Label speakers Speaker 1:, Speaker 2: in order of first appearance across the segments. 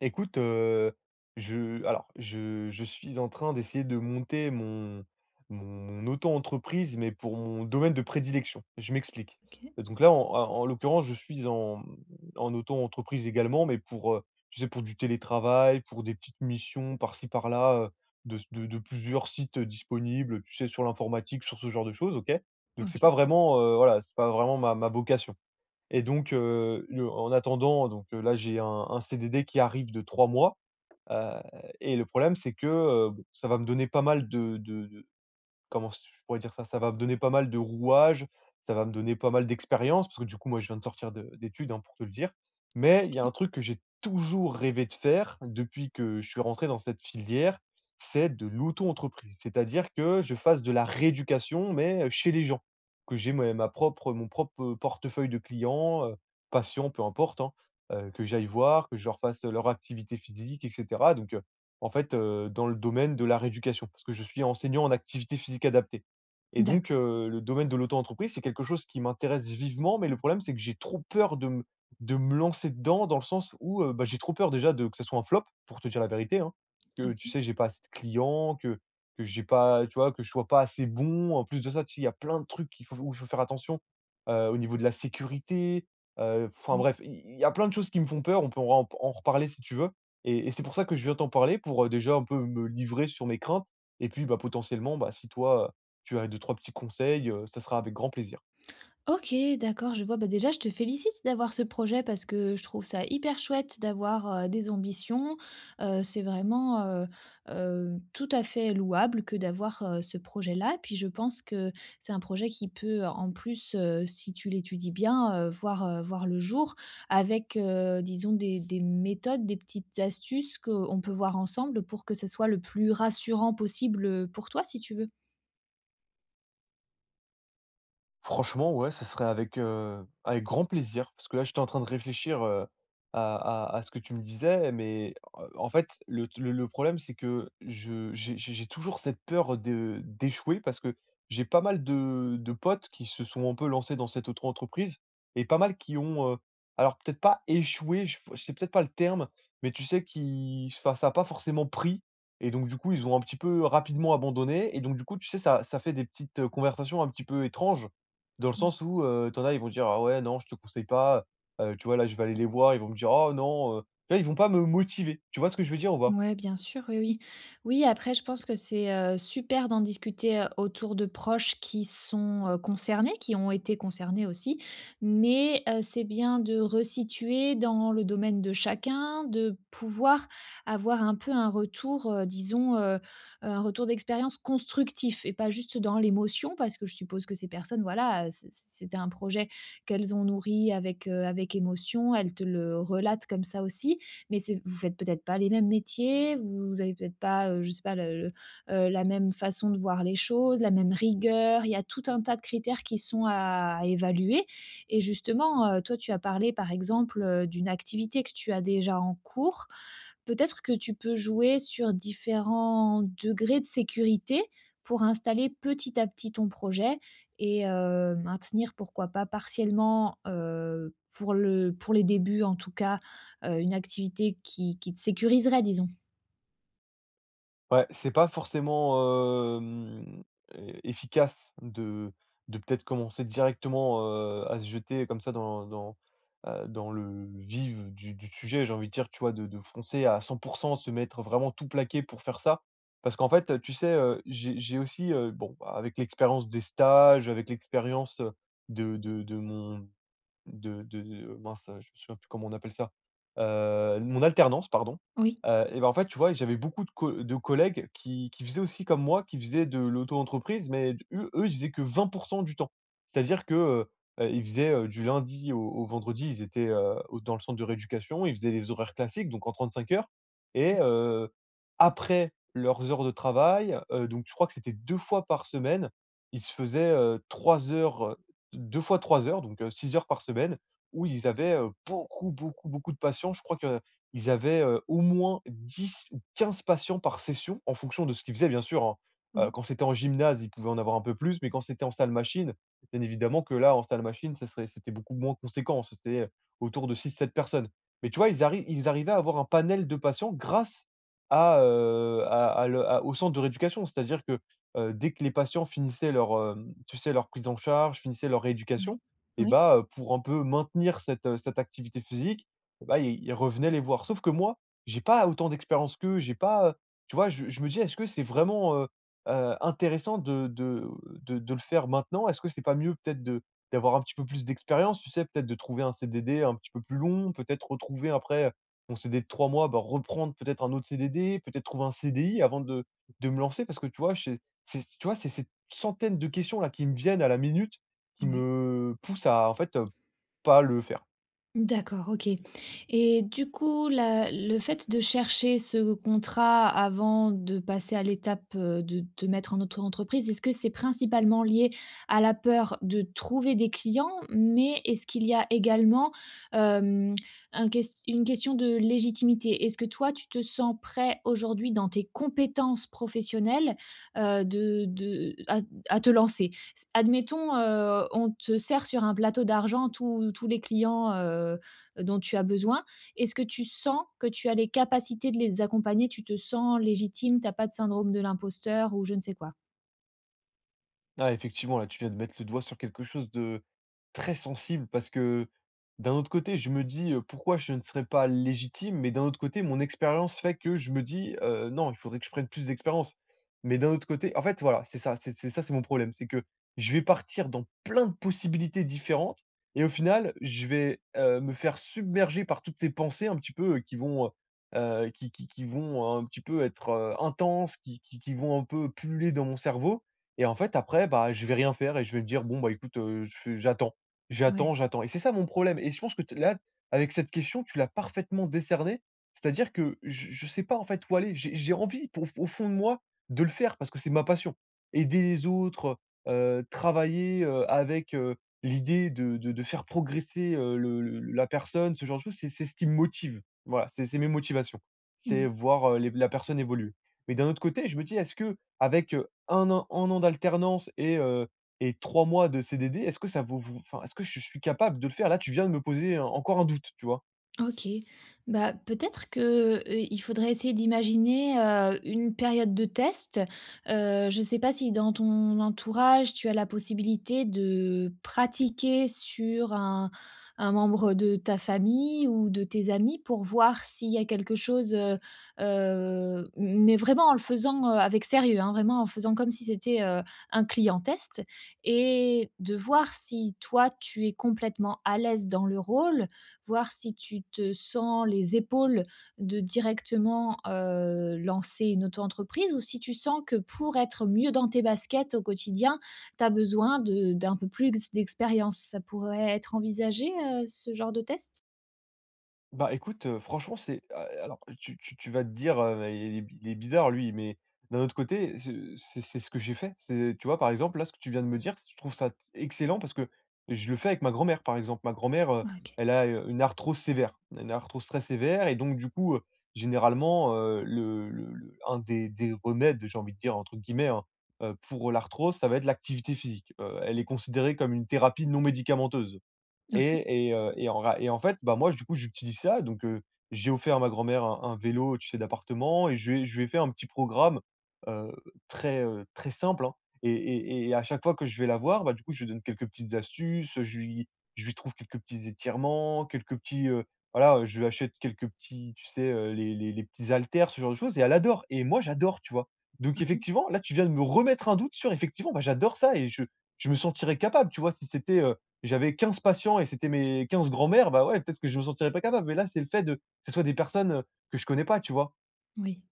Speaker 1: Écoute, je alors je suis en train d'essayer de monter mon auto-entreprise, mais pour mon domaine de prédilection. Je m'explique.
Speaker 2: OK,
Speaker 1: Donc là, en l'occurrence, je suis en auto-entreprise également, mais pour, tu sais, pour du télétravail, pour des petites missions par-ci par-là, de plusieurs sites, disponibles, tu sais, sur l'informatique, sur ce genre de choses. OK? Donc c'est pas
Speaker 2: OK,
Speaker 1: vraiment, voilà, c'est pas vraiment ma vocation. Et donc, le en attendant, donc là, j'ai un CDD qui arrive de 3 mois, heu et le problème, c'est que, bon, ça va me donner pas mal de. Comment s je pourrais dire ça? Ça va me donner pas mal de rouages, ça va me donner pas mal d'expérience parce que du coup, moi, je viens de sortir de d'études, hein, pour te le dire. Mais il y a
Speaker 2: OK.
Speaker 1: un truc que j'ai toujours rêvé de faire depuis que je suis rentré dans cette filière, c'est de l'auto-entreprise. C'est-à-dire que je fasse de la rééducation, mais, chez les gens. Que j'ai ma ma propre mon propre portefeuille de clients, patients, peu importe, hein, que j'aille voir, que je leur fasse leur activité physique et cetera. Donc en fait, dans le domaine de la rééducation, parce que je suis enseignant en activité physique adaptée. Et donc
Speaker 2: D'accord,
Speaker 1: le domaine de l'auto-entreprise, c'est quelque chose qui m'intéresse vivement, mais le problème, c'est que j'ai trop peur de me lancer dedans, dans le sens où, bah, j'ai trop peur déjà de que ça soit un flop, pour te dire la vérité, hein, que tu
Speaker 2: OK.
Speaker 1: sais, j'ai pas assez de clients, que j'ai pas, tu vois, que je sois pas assez bon. En plus de ça, tu sais, il y a plein de trucs qu'il faut où il faut faire attention, au niveau de la sécurité, enfin bref, il y a plein de choses qui me font peur, on peut en reparler si tu veux. Et c'est pour ça que je viens t'en parler pour, déjà un peu me livrer sur mes craintes et puis, bah, potentiellement, bah, si toi, tu as deux trois petits conseils, ça sera avec grand plaisir.
Speaker 2: OK, d'accord, je vois. Bah, déjà, je te félicite d'avoir ce projet parce que je trouve ça hyper chouette d'avoir, des ambitions. C'est vraiment, tout à fait louable que d'avoir, ce projet-là. Et puis, je pense que c'est un projet qui peut, en plus, si tu l'étudies bien, voir, voir le jour avec, disons des méthodes, des petites astuces qu'on peut voir ensemble pour que ce soit le plus rassurant possible, pour toi, si tu veux.
Speaker 1: Franchement, ouais, ce serait avec grand plaisir, parce que là, j'étais en train de réfléchir, à à ce que tu me disais, mais en fait, le problème, c'est que je j'ai toujours cette peur de d'échouer parce que j'ai pas mal de potes qui se sont un peu lancés dans cette auto-entreprise et pas mal qui ont, alors peut-être pas échoué, je f c'est peut-être pas le terme, mais tu sais, qui, enfin, ça a pas forcément pris et donc du coup, ils ont un petit peu rapidement abandonné. Et donc du coup, tu sais, ça fait des petites, conversations un petit peu étranges, dans le sens où, ils vont dire: «Ah ouais, non, je te conseille pas». Tu vois, là, je vais aller les voir, ils vont me dire: «Oh non». Tu vois, ils vont pas me motiver. Tu vois ce que je veux dire ou pas?
Speaker 2: Ouais, bien sûr, oui, oui. Oui, après, je pense que c'est, super d'en discuter, autour de proches qui sont, concernés, qui ont été concernés aussi, mais, c'est bien de resituer dans le domaine de chacun, de pouvoir avoir un peu un retour, disons, un retour d'expérience constructif et pas juste dans l'émotion parce que je suppose que ces personnes, voilà, heu, c'était un projet qu'elles ont nourri avec, avec émotion. Elles te le relatent comme ça aussi mais c'est vous faites peut-être pas les mêmes métiers, vous vous avez peut-être pas, je sais pas, la même façon de voir les choses, la même rigueur. Il y a tout un tas de critères qui sont à évaluer et justement, toi, tu as parlé, par exemple, d'une activité que tu as déjà en cours peut-être que tu peux jouer sur différents degrés de sécurité pour installer petit à petit ton projet et maintenir pourquoi pas partiellement, pour le pour les débuts en tout cas, une activité qui te sécuriserait disons.
Speaker 1: Ouais, c'est pas forcément, hem, e efficace de peut-être commencer directement, à se jeter comme ça dans, dans le vif du sujet, j'ai envie de dire, tu vois? De foncer à 100 %, se mettre vraiment tout plaqué pour faire ça. Parce qu'en fait, tu sais, j'ai aussi, bon, bah, avec l'expérience des stages, avec l'expérience de mon de- mince, je me souviens plus comment on appelle ça, mon alternance, pardon, et ben en fait, tu vois, j'avais beaucoup de collègues qui faisaient aussi comme moi, qui faisaient de l'auto-entreprise, mais eux, ils faisaient que 20 % du temps. C'est-à-dire que, ils faisaient, du lundi au vendredi, ils étaient, au dans le centre de rééducation, ils faisaient les horaires classiques, donc en 35 heures. Et après leurs heures de travail, donc je crois que c'était 2 fois par semaine, ils se faisaient, 3 heures 2 fois 3 heures, donc 6 heures par semaine, où ils avaient, beaucoup, beaucoup, beaucoup de patients. Je crois qu'ils avaient, au moins 10 ou 15 patients par session, en fonction de ce qu'ils faisaient, bien sûr, hein. Heu,
Speaker 2: Oui,
Speaker 1: quand c'était en gymnase, ils pouvaient en avoir un peu plus, mais quand c'était en salle machine, bien évidemment que là, en salle machine, ça serait c'était beaucoup moins conséquent, c'était autour de six sept personnes. Mais tu vois, ils arrivaient à avoir un panel de patients grâce à le à au centre de rééducation. C'est-à-dire que dès que les patients finissaient tu sais, leur prise en charge, finissaient leur rééducation
Speaker 2: oui,
Speaker 1: et
Speaker 2: oui,
Speaker 1: bah, pour un peu maintenir cette activité physique, eh bah, ils revenaient les voir. Sauf que moi, j'ai pas autant d'expérience qu'eux, j'ai pas, tu vois? Je me dis: «Est-ce que c'est vraiment, intéressant de le faire maintenant? Est-ce que c'est pas mieux peut-être de d'avoir un petit peu plus d'expérience?» Tu sais? Peut-être de trouver un CDD un petit peu plus long, peut-être retrouver après, mon CDD de 3 mois, bah, reprendre peut-être un autre CDD, peut-être trouver un CDI avant de me lancer parce que, tu vois, je c'est, tu vois, c'est ces centaines de questions là qui me viennent à la minute, qui
Speaker 2: oui.
Speaker 1: me poussent à, en fait, pas le faire.
Speaker 2: D'accord, OK, et du coup, la le fait de chercher ce contrat avant de passer à l'étape, de te mettre en auto-entreprise, est-ce que c'est principalement lié à la peur de trouver des clients? Mais est-ce qu'il y a également, hem, un ques une question de légitimité? Est-ce que toi, tu te sens prêt aujourd'hui dans tes compétences professionnelles, de à te lancer? Admettons, on te sert sur un plateau d'argent tous les clients, dont tu as besoin. Est-ce que tu sens que tu as les capacités de les accompagner? Tu te sens légitime? T'as pas de syndrome de l'imposteur ou je ne sais quoi?
Speaker 1: Ah, effectivement, là, tu viens de mettre le doigt sur quelque chose de très sensible parce que, d'un autre côté, je me dis, pourquoi je ne serais pas légitime, mais d'un autre côté, mon expérience fait que je me dis, non, il faudrait que je prenne plus d'expérience. Mais d'un autre côté, en fait, voilà, c'est ça, c'est ça, c'est mon problème, c'est que je vais partir dans plein de possibilités différentes et au final, je vais, me faire submerger par toutes ces pensées un petit peu, qui vont, qui vont un petit peu être, intenses, qui vont un peu puller dans mon cerveau. Et en fait, après, bah, je vais rien faire et je vais me dire: «Bon, bah, écoute, je fais j'attends,
Speaker 2: Ouais.
Speaker 1: j'attends, j'attends», et c'est ça mon problème et je pense que t là, avec cette question, tu l'as parfaitement décerné. C'est-à-dire que je sais pas, en fait, où aller. J'ai envie, pour au fond de moi, de le faire parce que c'est ma passion. Aider les autres, travailler, avec, l'idée de faire progresser, le la personne, ce genre de choses, c'est ce qui me motive. Voilà, c'est mes motivations. C'est
Speaker 2: Ouais.
Speaker 1: voir, les la personne évoluer. Mais d'un autre côté, je me dis: «Est-ce que avec un an 1 an d'alternance et 3 mois de CDD, est-ce que ça vaut vous, enfin, est-ce que je suis capable de le faire? Là, tu viens de me poser encore un doute, tu vois?
Speaker 2: OK. Bah, peut-être que, il faudrait essayer d'imaginer, une période de test. Je ne sais pas si dans ton entourage, tu as la possibilité de pratiquer sur un membre de ta famille ou de tes amis pour voir s'il y a quelque chose, heu, mais vraiment en le faisant, avec sérieux, hein, vraiment en faisant comme si c'était, un client test et de voir si toi, tu es complètement à l'aise dans le rôle, voir si tu te sens les épaules de directement, lancer une auto-entreprise ou si tu sens que pour être mieux dans tes baskets au quotidien, tu as besoin de d'un peu plus d'expérience. Ça pourrait être envisagé, ce genre de test?
Speaker 1: Bah, écoute, franchement, c'est a alors tu vas te dire, «Mais il est il est bizarre lui», mais d'un autre côté, ce c'est ce que j'ai fait. C'est, tu vois, par exemple, là, ce que tu viens de me dire, je trouve ça excellent parce que je le fais avec ma grand-mère, par exemple. Ma grand-mère,
Speaker 2: OK.
Speaker 1: elle a, une arthrose sévère, une arthrose très sévère, et donc du coup, généralement, le un des «remèdes», j'ai envie de dire, entre guillemets, hein, pour l'arthrose, ça va être l'activité physique. Elle est considérée comme une thérapie non médicamenteuse.
Speaker 2: OK.
Speaker 1: Et en fait, bah, moi, du coup, j'utilise ça, donc j'ai offert à ma grand-mère un vélo, tu sais, d'appartement, et je lui ai fait un petit programme, heu, très simple, hein. Et et à chaque fois que je vais la voir, bah, du coup, je lui donne quelques petites astuces, je lui trouve quelques petits étirements, quelques petits, voilà, je lui achète quelques petits, tu sais, les petits haltères, ce genre de choses, et elle adore, et moi, j'adore, tu vois? Donc
Speaker 2: OK.
Speaker 1: effectivement, là, tu viens de me remettre un doute sur, effectivement, bah, j'adore ça, et je me sentirais capable, tu vois? Si c'était, J'avais 15 patients et c'était mes 15 grands-mères, bah, ouais, peut-être que je me sentirais pas capable. Mais là, c'est le fait de que ce soit des personnes, que je connais pas, tu vois?
Speaker 2: Oui.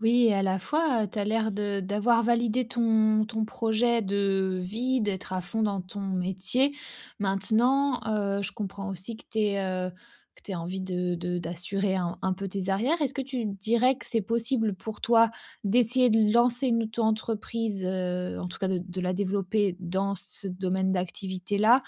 Speaker 2: Oui, et à la fois, tu as l'air de d'avoir validé ton projet de vie, d'être à fond dans ton métier. Maintenant, je comprends aussi que tu aies, que tu envie de d'assurer un peu tes arrières. Est-ce que tu dirais que c'est possible pour toi d'essayer de lancer une auto-entreprise, en tout cas de la développer dans ce domaine d'activité-là,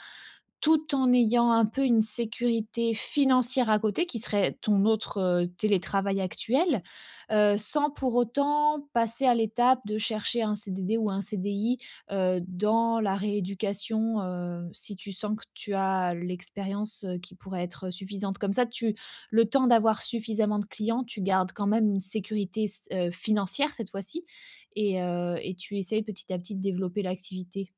Speaker 2: tout en ayant un peu une sécurité financière à côté qui serait ton autre, télétravail actuel? Sans pour autant passer à l'étape de chercher un CDD ou un CDI, dans la rééducation, si tu sens que tu as l'expérience, qui pourrait être suffisante. Comme ça, tu le temps d'avoir suffisamment de clients, tu gardes quand même une sécurité s financière cette fois-ci et tu essayes petit à petit de développer l'activité.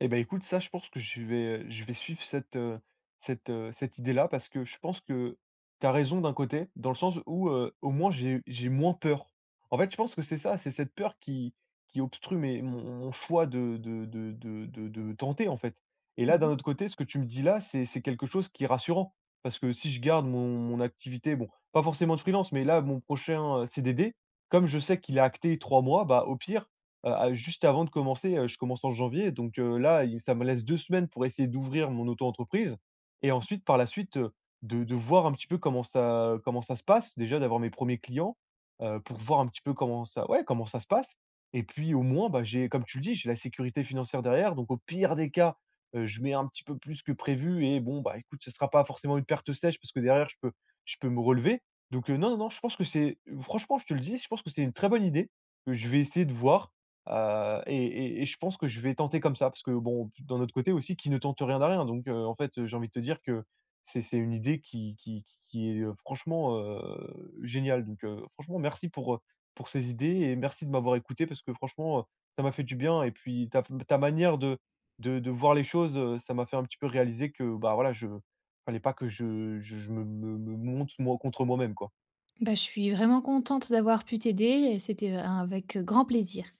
Speaker 1: Eh ben, écoute, ça, je pense que je vais suivre cette idée-là parce que je pense que tu as raison d'un côté, dans le sens où, au moins j'ai moins peur. En fait, je pense que c'est ça, c'est cette peur qui obstrue mes mon mon choix de tenter, en fait. Et là, d'un
Speaker 2: Mmh.
Speaker 1: autre côté, ce que tu me dis là, c'est quelque chose qui est rassurant, parce que si je garde mon activité, bon, pas forcément de freelance, mais là, mon prochain, CDD, comme je sais qu'il est acté 3 mois, bah, au pire, à juste avant de commencer, je commence en janvier, donc là, il ça me laisse 2 semaines pour essayer d'ouvrir mon auto-entreprise et ensuite, par la suite, de voir un petit peu comment ça se passe. Déjà d'avoir mes premiers clients, pour voir un petit peu comment ça ouais, comment ça se passe, et puis au moins, bah, j'ai, comme tu le dis, j'ai la sécurité financière derrière, donc au pire des cas, je mets un petit peu plus que prévu, et bon, bah, écoute, ce ne sera pas forcément une perte sèche parce que derrière je peux me relever, donc non, non, non, je pense que c'est, franchement, je te le dis, je pense que c'est une très bonne idée, que je vais essayer de voir. Je pense que je vais tenter comme ça parce que, bon, d'un autre côté aussi, qui ne tente rien n'a rien, donc en fait, j'ai envie de te dire que c'est une idée qui est, franchement, géniale, donc franchement merci pour ces idées, et merci de m'avoir écouté parce que franchement, ça m'a fait du bien, et puis ta manière de voir les choses, ça m'a fait un petit peu réaliser que, bah, voilà, je fallait pas que je me monte moi contre moi-même, quoi.
Speaker 2: Bah, je suis vraiment contente d'avoir pu t'aider et c'était, avec grand plaisir.